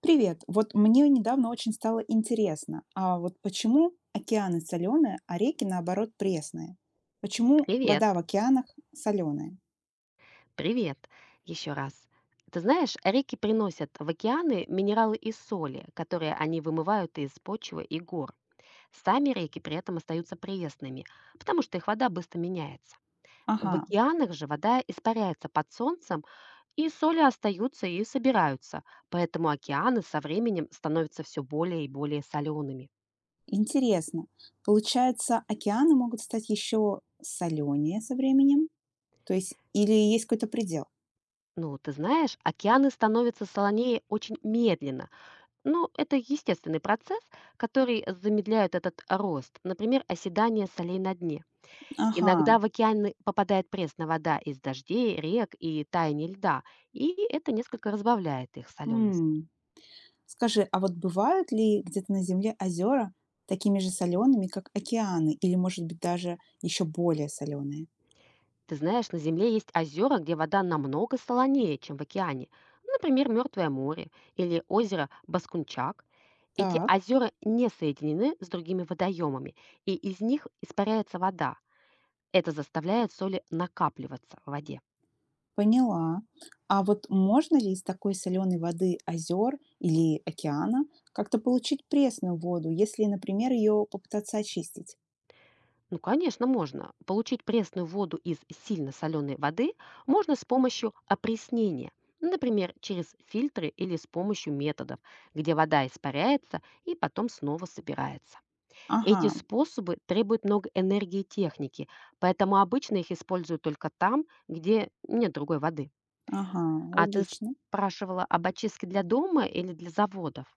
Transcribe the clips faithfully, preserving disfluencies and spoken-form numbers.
Привет. Вот мне недавно очень стало интересно, а вот почему океаны соленые, а реки наоборот пресные? Почему Привет, вода в океанах соленая? привет еще раз. Ты знаешь, реки приносят в океаны минералы и соли, которые они вымывают из почвы и гор. Сами реки при этом остаются пресными, потому что их вода быстро меняется. В Ага, океанах же вода испаряется под солнцем, и соли остаются и собираются, поэтому океаны со временем становятся все более и более солеными. интересно. Получается, океаны могут стать еще соленее со временем? То есть, или есть какой-то предел? Ну, ты знаешь, океаны становятся солонее очень медленно. Ну, это естественный процесс, который замедляет этот рост, например, оседание солей на дне. Ага. Иногда в океаны попадает пресная вода из дождей, рек и таяния льда, и это несколько разбавляет их соленость. М. Скажи, а вот бывают ли где-то на Земле озера такими же солеными, как океаны, или, может быть, даже еще более соленые? Ты знаешь, на Земле есть озера, где вода намного солонее, чем в океане. Например, Мертвое море или озеро Баскунчак. Эти Так. озера не соединены с другими водоемами, и из них испаряется вода. Это заставляет соли накапливаться в воде. Поняла. А вот можно ли из такой соленой воды озер или океана как-то получить пресную воду, если, например, ее попытаться очистить? Ну, конечно, можно. Получить пресную воду из сильно соленой воды можно с помощью опреснения, например, через фильтры или с помощью методов, где вода испаряется и потом снова собирается. Эти Ага, способы требуют много энергии и техники, поэтому обычно их используют только там, где нет другой воды. ага, А ты логично. спрашивала об очистке для дома или для заводов?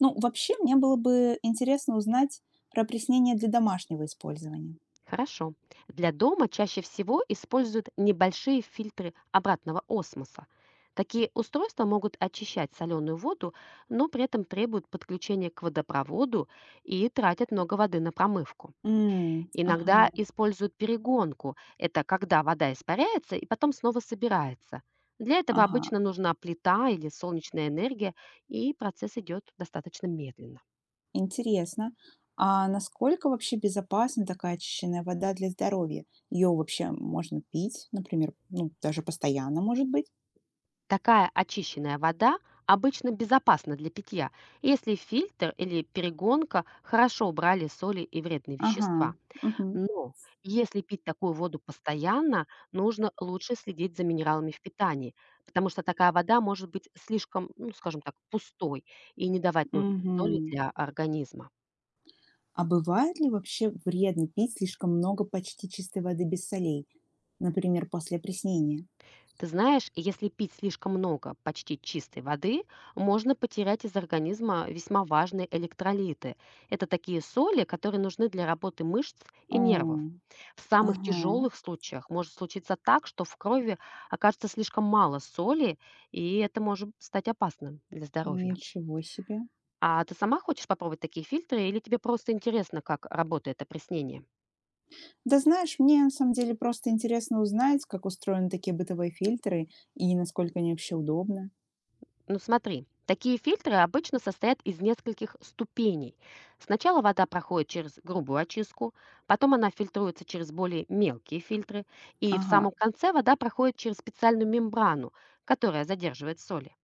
Ну, вообще, мне было бы интересно узнать про опреснение для домашнего использования. Хорошо. Для дома чаще всего используют небольшие фильтры обратного осмоса. Такие устройства могут очищать соленую воду, но при этом требуют подключения к водопроводу и тратят много воды на промывку. М, Иногда ага, используют перегонку. Это когда вода испаряется и потом снова собирается. Для этого ага, обычно нужна плита или солнечная энергия, и процесс идет достаточно медленно. интересно. А насколько вообще безопасна такая очищенная вода для здоровья? Ее вообще можно пить, например, ну, даже постоянно, может быть? Такая очищенная вода обычно безопасна для питья, если фильтр или перегонка хорошо убрали соли и вредные Ага, вещества. угу. Но если пить такую воду постоянно, нужно лучше следить за минералами в питании, потому что такая вода может быть слишком, ну, скажем так, пустой и не давать нужной соли Мгм. для организма. А бывает ли вообще вредно пить слишком много почти чистой воды без солей, например, после опреснения? Ты знаешь, если пить слишком много почти чистой воды, можно потерять из организма весьма важные электролиты. Это такие соли, которые нужны для работы мышц и нервов. О, В самых ага, тяжелых случаях может случиться так, что в крови окажется слишком мало соли, и это может стать опасным для здоровья. ничего себе. А ты сама хочешь попробовать такие фильтры или тебе просто интересно, как работает опреснение? Да знаешь, мне на самом деле просто интересно узнать, как устроены такие бытовые фильтры и насколько они вообще удобны. Ну смотри, такие фильтры обычно состоят из нескольких ступеней. Сначала вода проходит через грубую очистку, потом она фильтруется через более мелкие фильтры, и в Ага, самом конце вода проходит через специальную мембрану, которая задерживает соли.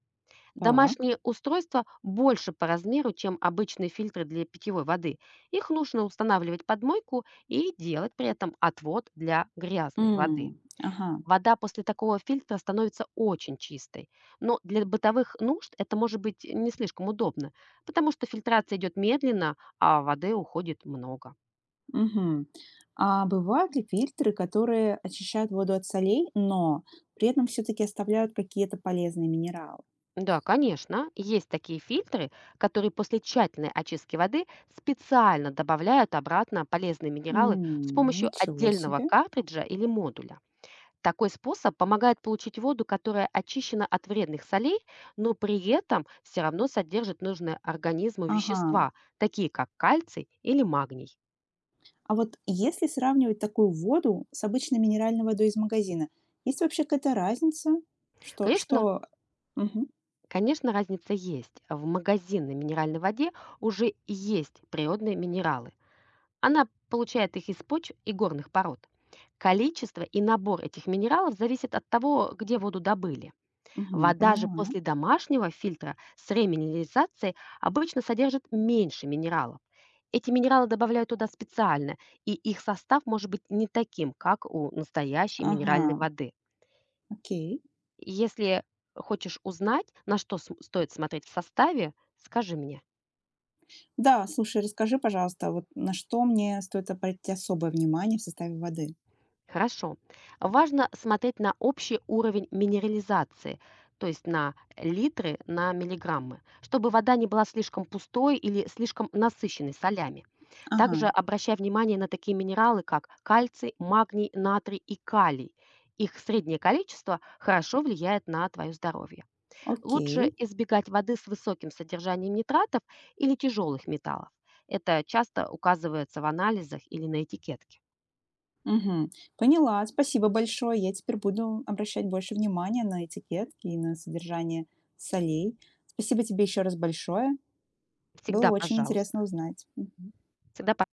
так. Домашние устройства больше по размеру, чем обычные фильтры для питьевой воды. Их нужно устанавливать под мойку и делать при этом отвод для грязной воды. М, ага, Вода после такого фильтра становится очень чистой, но для бытовых нужд это может быть не слишком удобно, потому что фильтрация идет медленно, а воды уходит много. мгм. А бывают ли фильтры, которые очищают воду от солей, но при этом все-таки оставляют какие-то полезные минералы? Да, конечно, есть такие фильтры, которые после тщательной очистки воды специально добавляют обратно полезные минералы с М, помощью ничего отдельного себе. картриджа или модуля. Такой способ помогает получить воду, которая очищена от вредных солей, но при этом все равно содержит нужные организму Ага. вещества, такие как кальций или магний. А вот если сравнивать такую воду с обычной минеральной водой из магазина, есть вообще какая-то разница? Что, Конечно, что... Мгм, конечно, разница есть. В магазинной минеральной воде уже есть природные минералы. Она получает их из почв и горных пород. Количество и набор этих минералов зависит от того, где воду добыли. мгм, Вода же поняла. после домашнего фильтра с реминерализацией обычно содержит меньше минералов. Эти минералы добавляют туда специально, и их состав может быть не таким, как у настоящей Ага, минеральной воды. окей. Если хочешь узнать, на что см- стоит смотреть в составе, скажи мне. Да, слушай, расскажи, пожалуйста, вот на что мне стоит обратить особое внимание в составе воды? Хорошо. Важно смотреть на общий уровень минерализации, то есть на литры на миллиграммы, чтобы вода не была слишком пустой или слишком насыщенной солями. Ага, Также обращай внимание на такие минералы, как кальций, магний, натрий и калий. Их среднее количество хорошо влияет на твое здоровье. Лучше окей. избегать воды с высоким содержанием нитратов или тяжелых металлов. Это часто указывается в анализах или на этикетке. Мгм. Поняла, спасибо большое. Я теперь буду обращать больше внимания на этикетки и на содержание солей. Спасибо тебе еще раз большое. Было Всегда, очень пожалуйста, интересно узнать. М. всегда,